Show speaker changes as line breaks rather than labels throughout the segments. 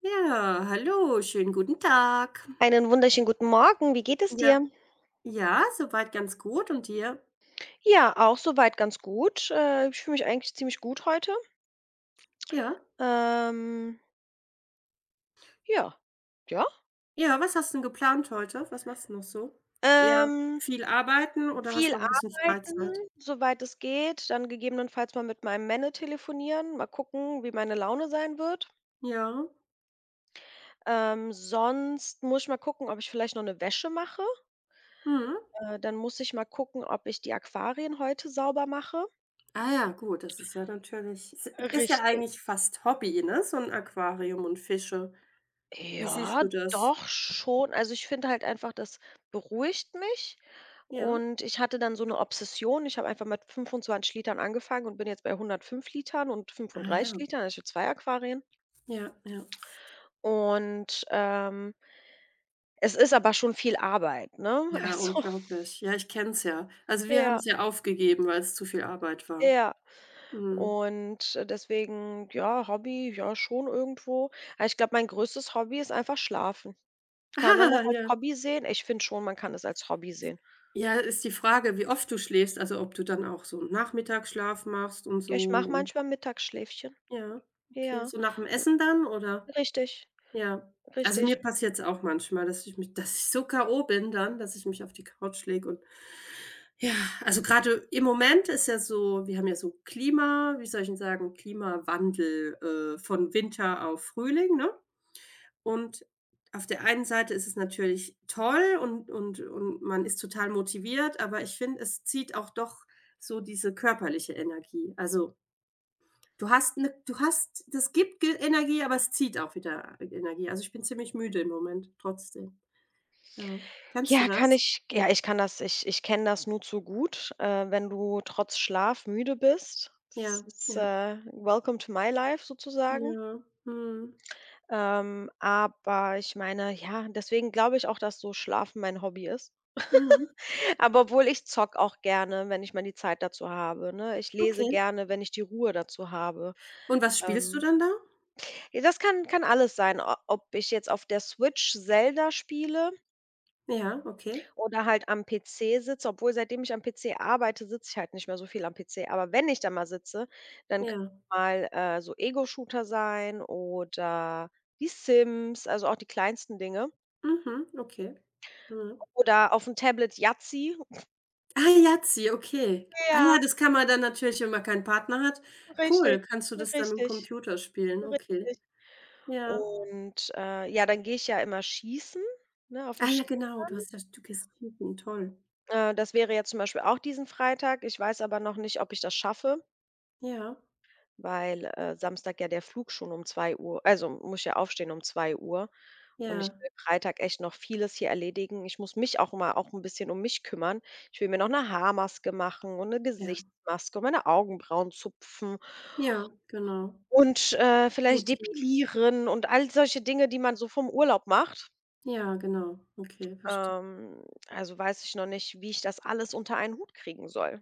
Ja, hallo, schönen guten Tag.
Einen wunderschönen guten Morgen. Wie geht es dir?
Ja, ja, soweit ganz gut und dir?
Ja, auch soweit ganz gut. Ich fühle mich eigentlich ziemlich gut heute.
Ja.
Ähm, ja, ja.
Ja, was hast 'n geplant heute? Was machst du noch so? Eher
Ähm,
viel arbeiten oder hast
Viel
noch ein bisschen Freizeit?
arbeiten, soweit es geht, dann gegebenenfalls mal mit meinem Männer telefonieren, mal gucken, wie meine Laune sein wird.
Ja.
Sonst muss ich mal gucken, ob ich vielleicht noch eine Wäsche mache.
Mhm.
Dann muss ich mal gucken, ob ich die Aquarien heute sauber mache.
Ah ja, gut, das ist ja natürlich is ist ja
Richtig.
eigentlich fast Hobby, ne, so ein Aquarium und Fische. Wie siehst
Ja,
du das?
doch schon. Also, ich finde halt einfach, das beruhigt mich
Ja.
und ich hatte dann so eine Obsession. Ich habe einfach mit 25 Litern angefangen und bin jetzt bei 105 Litern und
Ah ja.
35 Litern, also, ich habe 2 Aquarien.
Ja, ja.
Und, es ist aber schon viel Arbeit, ne?
Ja,
Also
unglaublich. Ja, ich kenn's ja. Also, wir
ja,
haben's ja aufgegeben, weil es zu viel Arbeit war.
ja.
Mhm.
Und deswegen, ja, Hobby, ja, schon irgendwo. Aber ich glaube, mein größtes Hobby ist einfach Schlafen. Kann man das
Ah,
als
ja.
Hobby sehen? Ich finde schon, man kann das als Hobby sehen.
Ja, ist die Frage, wie oft du schläfst, also ob du dann auch so 'n Nachmittagsschlaf machst und
Ja, ich
so
mache
und
manchmal Mittagsschläfchen.
ja, okay.
Ja,
So nach dem
und
Essen dann oder?
richtig,
Ja. Also,
richtig.
mir passiert's auch manchmal, dass ich mich dass ich so K.O. bin dann, dass ich mich auf die Couch lege und ja, also grade im Moment ist ja so wir haben ja so Klima, wie soll ich 'n sagen, Klimawandel, von Winter auf Frühling, ne? Und auf der einen Seite ist es natürlich toll und man ist total motiviert, aber ich finde, es zieht auch doch so diese körperliche Energie. Also, du hast 'ne du hast das gibt Ge Energie, aber es zieht auch wieder Energie. Also, ich bin ziemlich müde im Moment trotzdem. Ja. Kennst du
Ja, kann
das?
ich ja, ich kenne das nur zu gut, wenn du trotz Schlaf müde bist. Das
Ja,
ist,
ja.
welcome to my life sozusagen.
Ja. Mhm.
Aber ich meine, ja, deswegen glaube ich auch, dass so Schlafen mein Hobby ist.
Mhm.
Aber obwohl, ich zocke auch gerne, wenn ich mal die Zeit dazu habe, ne? Ich lese
Okay.
gerne, wenn ich die Ruhe dazu habe.
Und was spielst du
Ähm
dann da?
Ja, das kann alles sein, o ob ich jetzt auf der Switch Zelda spiele
Ja, okay.
oder halt am PC sitze. Obwohl, seitdem ich am PC arbeite, sitze ich halt nicht mehr so viel am PC. Aber wenn ich da mal sitze, dann können
Ja.
mal, so Ego-Shooter sein oder die Sims, also auch die kleinsten Dinge.
Mhm. Okay. Mhm.
Oder auf dem Tablet Yahtzee.
Ah, Yazzi, okay. Ah
Ja,
ja, das kann man dann natürlich, wenn man keinen Partner hat,
richtig,
cool, kannst du das dann im
richtig,
Computer spielen, okay.
richtig.
Ja.
Und, ja, dann gehe ich ja immer schießen, ne, auf dem
Ah ja, genau, du hast ja
Schießstand.
du gehst tiefen, toll.
Das wäre jetzt zum Beispiel auch diesen Freitag. Ich weiß aber noch nicht, ob ich das schaffe,
Ja,
weil, Samstag ja der Flug schon um 2 Uhr, also, muss ich ja aufstehen um 2 Uhr. Und ich
ja,
will Freitag echt noch vieles hier erledigen. Ich muss mich auch mal auch ein bisschen um mich kümmern. Ich will mir noch eine Haarmaske machen und eine
ja.
Gesichtsmaske und meine Augenbrauen zupfen
Ja, genau.
und, vielleicht
Yuji.
depilieren und all solche Dinge, die man so vom Urlaub macht.
Ja, genau. Okay, verstehe.
Ähm, also, weiß ich noch nicht, wie ich das alles unter einen Hut kriegen soll.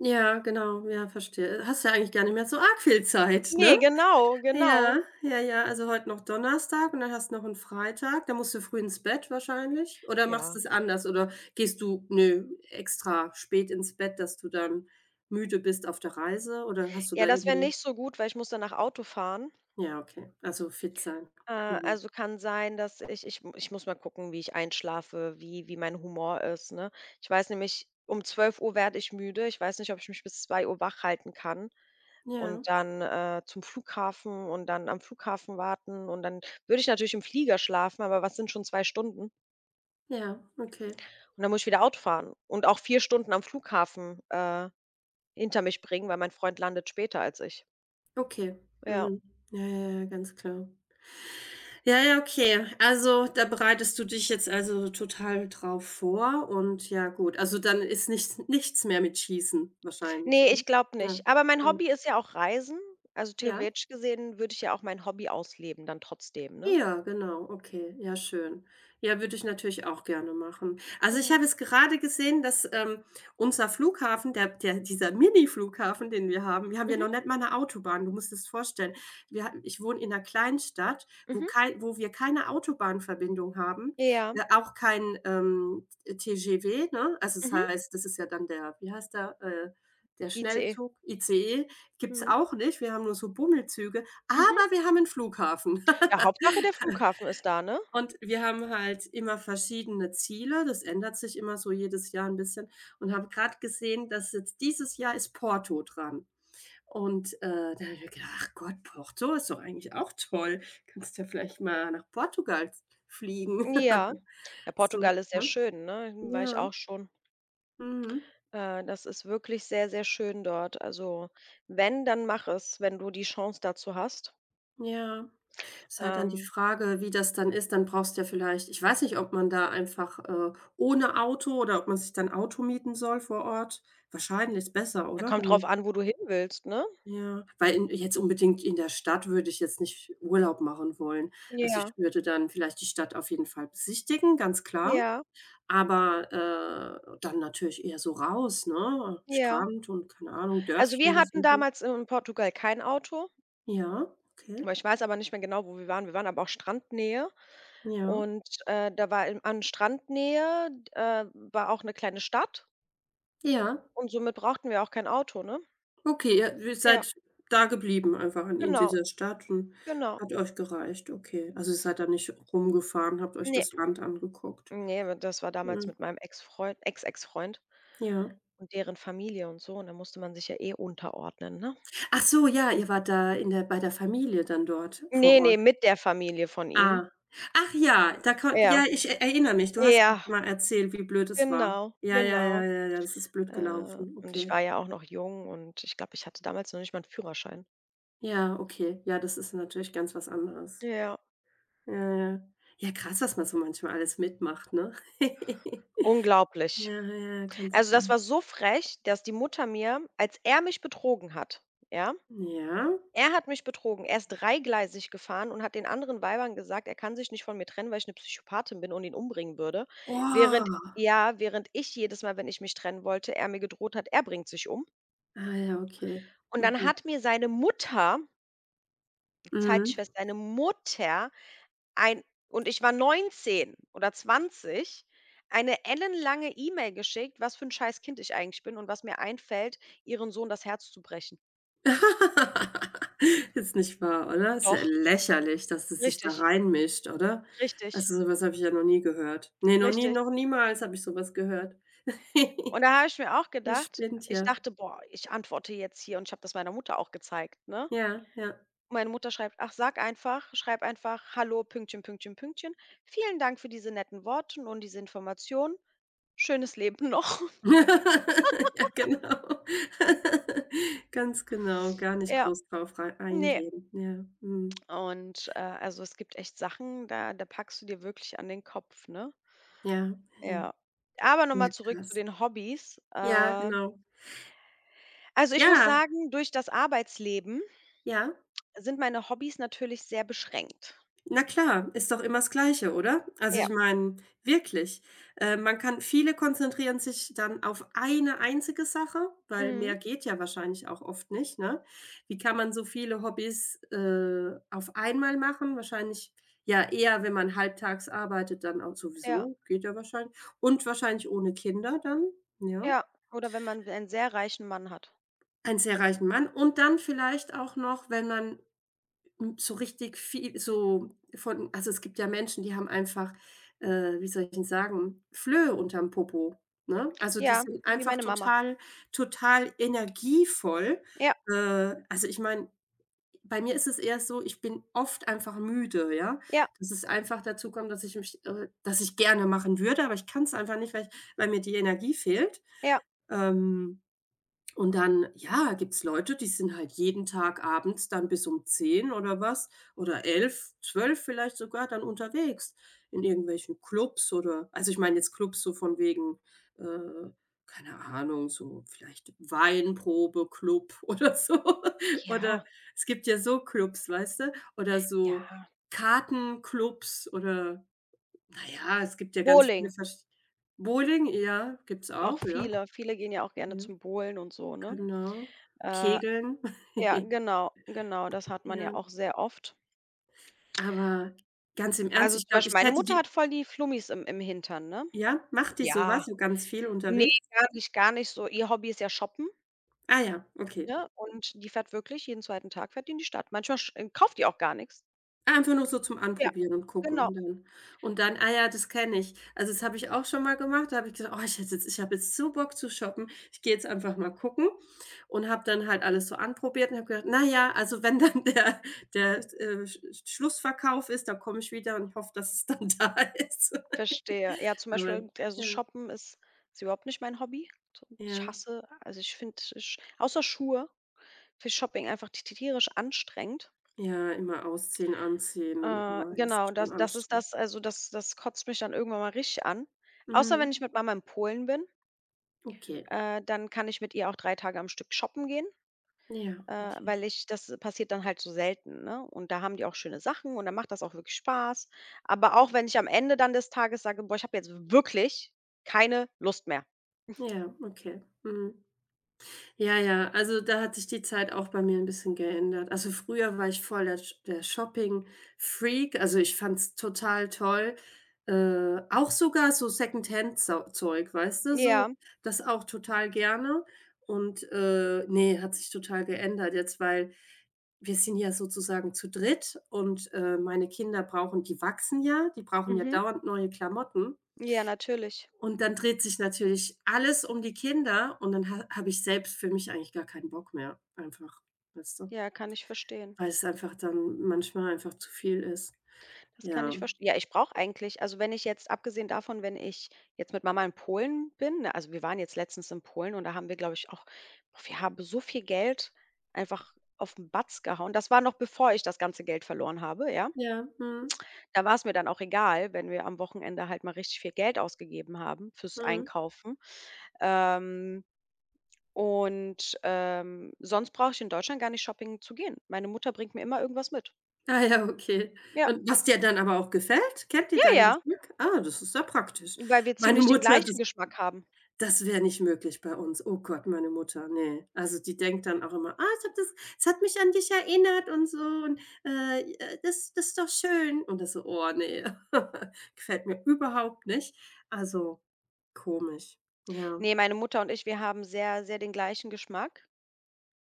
Ja, genau, ja, verstehe. Hast ja eigentlich gar nicht mehr so arg viel Zeit,
Ne,
ne?
genau, genau.
Ja, ja, ja, also heute noch Donnerstag und dann hast du noch einen Freitag. Dann musst du früh ins Bett wahrscheinlich oder machst du
Ja.
es anders oder gehst du nö extra spät ins Bett, dass du dann müde bist auf der Reise oder hast du
Ja,
da
das wäre
irgendwie
nicht so gut, weil ich muss danach Auto fahren.
ja, okay, also fit sein. Mhm.
Also kann sein, dass ich muss mal gucken, wie ich einschlafe, wie mein Humor ist, ne? Ich weiß nämlich, um 12 Uhr werde ich müde. Ich weiß nicht, ob ich mich bis 2 Uhr wach halten kann
Ja,
und dann, zum Flughafen und dann am Flughafen warten und dann würde ich natürlich im Flieger schlafen, aber was sind schon 2 Stunden?
ja, okay,
Und dann muss ich wieder Auto fahren und auch 4 Stunden am Flughafen, hinter mich bringen, weil mein Freund landet später als ich.
okay.
Ja.
Mhm. Ja, ja, ja, ganz klar. Ja, ja, okay. Also, da bereitest du dich jetzt also total drauf vor und ja gut. Also, dann ist nichts mehr mit Schießen wahrscheinlich,
Ne,
oder?
ich glaube
Ja,
nicht. Aber mein
ja,
Hobby ist ja auch Reisen. Also,
ja.
theoretisch gesehen würde ich ja auch mein Hobby ausleben dann trotzdem, ne?
Ja, genau, okay, ja schön. Ja, würde ich natürlich auch gerne machen. Also,
Ja.
ich habe jetzt gerade gesehen, dass, unser Flughafen, der dieser Mini-Flughafen, den wir haben, wir haben ja
Mhm,
noch nicht mal eine Autobahn, du musst es vorstellen. Wir ha Ich wohne in einer Kleinstadt, wo
mhm.
kei wo wir keine Autobahnverbindung haben,
Ja.
auch kein, TGV, ne? Also, das
Mhm.
heißt, das ist ja dann der, wie heißt der, der
ICE.
Schnellzug, ICE, gibt's
Mhm.
auch nicht. Wir haben nur so Bummelzüge,
Mhm.
aber wir haben einen Flughafen.
Ja, Hauptsache der Flughafen ist da, ne?
Und wir haben halt immer verschiedene Ziele. Das ändert sich immer so jedes Jahr ein bisschen und habe gerade gesehen, dass jetzt dieses Jahr ist Porto dran. Und, da habe ich mir gedacht: „Ach Gott, Porto ist doch eigentlich auch toll. Kannst ja vielleicht mal nach Portugal fliegen.“
Ja. Ja,
So,
Portugal ist sehr
ne?
schön, ne? Hm, war ich
Ja,
auch schon.
mhm,
Das ist wirklich sehr, sehr schön dort. Also, wenn, dann mach es, wenn du die Chance dazu hast.
ja. Ist halt dann die
Ähm,
Frage, wie das dann ist. Dann brauchst du ja vielleicht, ich weiß nicht, ob man da einfach, ohne Auto oder ob man sich dann Auto mieten soll vor Ort. Wahrscheinlich ist besser,
ja,
oder?
kommt
Wenn
drauf
du
an, wo du hin willst, ne?
ja, weil in jetzt unbedingt in der Stadt würde ich jetzt nicht Urlaub machen wollen. Also, ich
Ja,
würde dann vielleicht die Stadt auf jeden Fall besichtigen, ganz klar,
ja,
aber, dann natürlich eher so raus, ne?
ja.
Strand und keine Ahnung,
Also,
Dörfchen
wir hatten
besuchen.
damals in Portugal kein Auto,
Ja, okay.
aber ich weiß aber nicht mehr genau, wo wir waren. Wir waren aber auch Strandnähe
Ja,
und, da war in an Strandnähe, war auch eine kleine Stadt
ja.
und somit brauchten wir auch kein Auto, ne?
Okay, ihr
Ja,
seid da geblieben einfach in
genau,
dieser Stadt und
genau.
hat euch gereicht, okay. Also, ihr seid da nicht rumgefahren, habt euch
Ne,
das Land angeguckt.
nee, w das war damals
Mhm,
mit meinem Ex-Freund Ex-Ex-Freund
ja.
und deren Familie und so und da musste man sich ja eh unterordnen, ne?
Ach so, ja, ihr wart da in der bei der Familie dann dort vor
Ne, ne,
Ort.
mit der Familie von ihm.
Ah. Ach ja, da konnt
Ja,
ja, ich e erinnere mich, du hast
ja,
mal erzählt, wie blöd es war.
genau,
Ja, ja,
genau.
ja, ja, ja, das ist blöd gelaufen.
Und ich
Okay.
war ja auch noch jung und ich glaube, ich hatte damals noch nicht mal 'n Führerschein.
Ja, okay. Ja, das ist natürlich ganz was anderes.
Ja,
Ja, ja. Ja, krass, was man so manchmal alles mitmacht, ne?
unglaublich.
Ja, ja, ganz
Also, das
klar.
war so frech, dass die Mutter mir, als er mich betrogen hat, ja?
Ja.
Er hat mich betrogen. Er ist dreigleisig gefahren und hat den anderen Weibern gesagt, er kann sich nicht von mir trennen, weil ich 'ne Psychopathin bin und ihn umbringen würde. Während,
Oh.
ja, während ich jedes Mal, wenn ich mich trennen wollte, er mir gedroht hat, er bringt sich um.
Ah ja, okay.
Und dann
Mhm.
hat mir seine Mutter,
Mhm.
Zeitschwester, seine Mutter ein, und ich war 19 oder 20, eine ellenlange E-Mail geschickt, was für 'n scheiß Kind ich eigentlich bin und was mir einfällt, ihren Sohn das Herz zu brechen.
Ist nicht wahr, oder? Ist ja
Doch,
lächerlich, dass es sich da
richtig,
reinmischt, oder?
richtig,
Also, sowas habe ich ja noch nie gehört. Ne, noch nie,
richtig.
noch niemals habe ich sowas gehört.
Und da habe ich mir auch
Ihr
gedacht,
spinnt
ich
ja.
dachte: „Boah, ich antworte jetzt hier“, und ich habe das meiner Mutter auch gezeigt, ne?
Ja, ja.
Meine Mutter schreibt: „Ach, sag einfach schreib einfach: ‚Hallo, Pünktchen, Pünktchen, Pünktchen. Vielen Dank für diese netten Worten und diese Information. Schönes Leben noch.'“
Ja, genau. Ganz genau, gar nicht
Ja,
groß drauf rei
ne,
eingehen. Ja, mhm.
und, also, es gibt echt Sachen, da packst du dir wirklich an den Kopf, ne?
Ja, ja.
Ja. Aber noch
Ja,
mal zurück zu
krass.
den Hobbys.
Ja, genau.
Also, ich muss
Ja,
sagen, durch das Arbeitsleben
ja.
sind meine Hobbys natürlich sehr beschränkt.
Na klar, ist doch immer das Gleiche, oder? Also
Ja.
ich meine, wirklich. Man kann viele konzentrieren sich dann auf eine einzige Sache, weil
Mhm.
mehr geht ja wahrscheinlich auch oft nicht, ne? Wie kann man so viele Hobbys, auf einmal machen? Wahrscheinlich ja eher, wenn man halbtags arbeitet, dann auch
Ja,
sowieso, geht ja wahrscheinlich. Und wahrscheinlich ohne Kinder dann, ja.
ja. Oder wenn man einen sehr reichen Mann hat.
Einen sehr reichen Mann und dann vielleicht auch noch, wenn man hm, so richtig viel so von, also, es gibt ja Menschen, die haben einfach, wie soll ich denn sagen, Flöhe unterm Popo, ne? Also, die
Ja,
sind
wie
einfach
meine Mama.
total energievoll.
Ja,
Also, ich meine, bei mir ist es eher so, ich bin oft einfach müde, ja?
ja,
Dass es einfach dazu kommt, dass dass ich gerne machen würde, aber ich kann es einfach nicht, weil ich weil mir die Energie fehlt.
ja.
Ähm und dann, ja, gibt's Leute, die sind halt jeden Tag abends dann bis um 10 oder was oder elf, 12 vielleicht sogar dann unterwegs in irgendwelchen Clubs oder, also, ich meine jetzt Clubs so von wegen, äh, keine Ahnung, so vielleicht Weinprobe-Club oder so. Oder
Ja,
es gibt ja so Clubs, weißt du? Oder so
ja.
Kartenclubs oder na ja, es gibt ja ganz viele
Bowling,
versch Bowling, ja, gibt's
auch
auch, ja,
viele. Viele gehen ja auch gerne
ja.
zum Bowlen und so, ne?
Genau.
Äh,
Kegeln.
ja, genau, genau, das hat man ja
Ja.
auch sehr oft.
Aber ganz im Ernst,
Also,
ich
zum
glaube,
Beispiel
ich
meine
hätte
Mutter
die
hat voll die Flummis im Hintern, ne?
ja, macht die so was,
Ja.
so ganz viel
Ne,
unterwegs?
gar nicht so. Ihr Hobby ist ja Shoppen,
Ah ja, okay.
ne? Und die fährt wirklich jeden zweiten Tag, fährt die in die Stadt. Manchmal sch kauft die auch gar nichts.
Einfach nur so zum
Ja,
Anprobieren und gucken
genau,
und dann ah ja, das kenne ich. Also, das habe ich auch schon mal gemacht. Da habe ich gesagt: „Oh, ich habe jetzt so Bock zu shoppen. Ich gehe jetzt einfach mal gucken.“ Und habe dann halt alles so anprobiert und habe gedacht: „Na ja, also, wenn dann der Schlussverkauf ist, dann komme ich wieder und hoffe, dass es dann da ist.“
verstehe. Ja, zum
Aber
Beispiel, also,
ja,
Shoppen ist überhaupt nicht mein Hobby. T ich
ja.
hasse Also, ich finde, außer Schuhe, finde ich Shopping einfach t tierisch anstrengend.
Ja, immer ausziehen, anziehen und oh, ja,
Genau,
ist schon
das das ist
anstrengend.
das also, das kotzt mich dann irgendwann mal richtig an. Außer
Mhm.
wenn ich mit Mama in Polen bin.
Okay.
Dann kann ich mit ihr auch 3 Tage am Stück shoppen gehen,
Ja, okay.
weil ich das passiert dann halt so selten, ne? Und da haben die auch schöne Sachen und dann macht das auch wirklich Spaß. Aber auch wenn ich am Ende dann des Tages sage: „Boah, ich habe jetzt wirklich keine Lust mehr.“
Ja, okay. Mhm. Ja, ja, also da hat sich die Zeit auch bei mir ein bisschen geändert. Also, früher war ich voll der Shopping-Freak, also, ich fand's total toll, auch sogar so Secondhand Zau Zeug, weißt du, so
Ja,
das auch total gerne und, ne, hat sich total geändert jetzt, weil wir sind ja sozusagen zu dritt und, meine Kinder brauchen, die wachsen ja, die brauchen ja
mhm.
dauernd neue Klamotten
Ja, natürlich.
und dann dreht sich natürlich alles um die Kinder und dann ha habe ich selbst für mich eigentlich gar keinen Bock mehr einfach, weißt du?
Ja, kann ich verstehen.
Weil es einfach dann manchmal einfach zu viel ist.
Das kann
Ja,
ich verstehen. Ja, ich brauche eigentlich, also, wenn ich jetzt abgesehen davon, wenn ich jetzt mit Mama in Polen bin, ne, also, wir waren jetzt letztens in Polen und da haben wir, glaube ich, auch, boah, wir haben so viel Geld einfach auf den Batz gehauen. Das war noch bevor ich das ganze Geld verloren habe, ja?
ja, mhm,
Da war es mir dann auch egal, wenn wir am Wochenende halt mal richtig viel Geld ausgegeben haben fürs
mhm.
Einkaufen. Ähm, Sonst brauche ich in Deutschland gar nicht shopping zu gehen. Meine Mutter bringt mir immer irgendwas mit.
Ah ja, okay.
Ja,
Und was dir dann aber auch gefällt? Kennt ihr
ja,
dein
ja,
Geschmack? Ah, das ist ja praktisch.
weil wir
Meine
ziemlich den
Mutter, hat
gleichen
das
Geschmack haben.
das wäre nicht möglich bei uns. Oh Gott, meine Mutter, ne. Also, die denkt dann auch immer: „Ah, ich habe das, es hat mich an dich erinnert und so und, das ist doch schön.“ Und das so: „Oh ne, gefällt mir überhaupt nicht.“ Also, komisch. Ja,
Ne, meine Mutter und ich, wir haben sehr, sehr den gleichen Geschmack,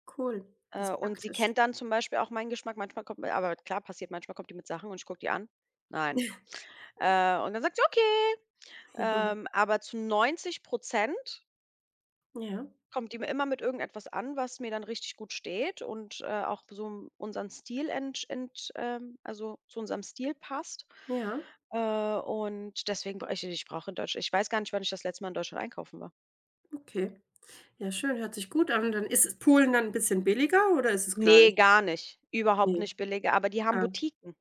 cool. Das ist
und sie
praktisch.
kennt dann zum Beispiel auch meinen Geschmack. Manchmal kommt, aber klar, passiert, manchmal kommt die mit Sachen und ich gucke die an. „Nein.“ Und dann sagt sie: „Okay.“ Aber zu 90%
Ja,
kommt die mir immer mit irgendetwas an, was mir dann richtig gut steht und, auch so unseren Stil entsch ent also zu unserem Stil passt.
ja,
Äh, und deswegen bra ich ich brauche in Deutschland, ich weiß gar nicht, wann ich das letzte Mal in Deutschland einkaufen war.
okay. Ja, schön, hört sich gut an. Dann ist es Polen dann 'n bisschen billiger oder ist es
Nee,
gleich?
gar nicht. Überhaupt
Ne.
nicht billige, aber die haben
Ah,
Boutiquen.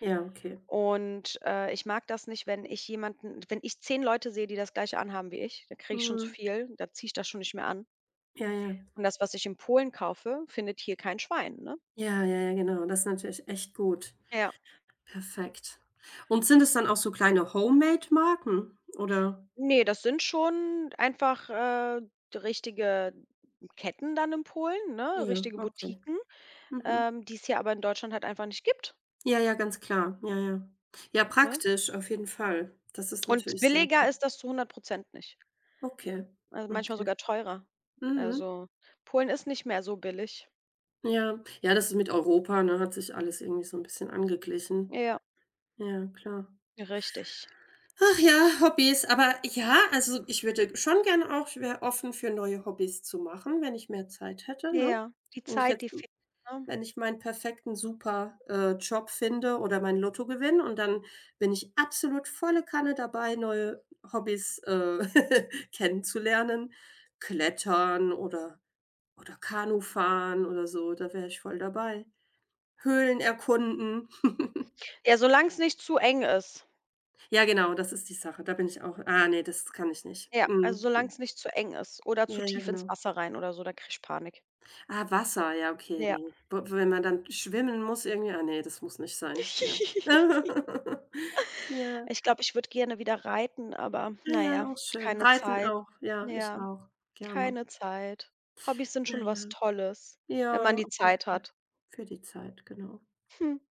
ja, okay.
Und, ich mag das nicht, wenn ich jemanden wenn ich 10 Leute sehe, die das Gleiche anhaben wie ich, dann kriege ich schon zu
Mhm.
viel, da ziehe ich das schon nicht mehr an.
Ja, ja.
Und das, was ich in Polen kaufe, findet hier kein Schwein, ne?
Ja, ja, ja, genau. Das ist natürlich echt gut.
Ja.
Perfekt. Und sind es dann auch so kleine Homemade-Marken oder
Ne, das sind schon einfach, richtige Ketten dann in Polen, ne,
ja,
richtige
okay.
Boutiquen,
Mhm.
die es hier aber in Deutschland halt einfach nicht gibt,
Ja, ja, ganz klar. Ja, ja. Ja,
ne?
praktisch auf jeden Fall. Das ist
Und
natürlich sehr
billiger
gut.
ist das zu 100% nicht.
Okay,
Also, manchmal
okay.
sogar teurer.
Mhm.
Also, Polen ist nicht mehr so billig.
Ja. Ja, das ist mit Europa, ne, hat sich alles irgendwie so ein bisschen angeglichen.
Ja,
Ja, klar.
richtig.
Ach ja, Hobbys. Aber ja, also, ich würde schon gerne auch, ich wäre offen für neue Hobbys zu machen, wenn ich mehr Zeit hätte, ne?
Ja, die
Wenn ich
Zeit,
jetzt
die fehlt, ne?
wenn ich meinen perfekten super, Job finde oder mein Lotto gewinne und dann bin ich absolut volle Kanne dabei, neue Hobbys, kennenzulernen. Klettern oder Kanufahren oder so, da wäre ich voll dabei. Höhlen erkunden.
Ja, solang's nicht zu eng ist.
Ja, genau, das ist die Sache. Da bin ich auch ah, nee, das kann ich nicht.
Ja, also,
Mhm,
solange
mhm.
es nicht zu eng ist oder zu
Ja, ja,
tief ins
genau.
Wasser rein oder so, da kriege ich Panik.
Ah, Wasser, ja, okay,
Ja.
ne. W Wenn man dann schwimmen muss irgendwie ah, nee, das muss nicht sein, ja. Ja.
Ich glaube, ich würde gerne wieder reiten, aber
Ja,
naja,
ja, auch schön.
keine
Reiten
Zeit.
auch, ja,
Ja,
ich auch, gerne.
keine Zeit. Hobbys sind
Na
schon
ja.
was Tolles, wenn man
Ja,
die
auf jeden
Zeit
Fall.
hat.
Für die Zeit, genau.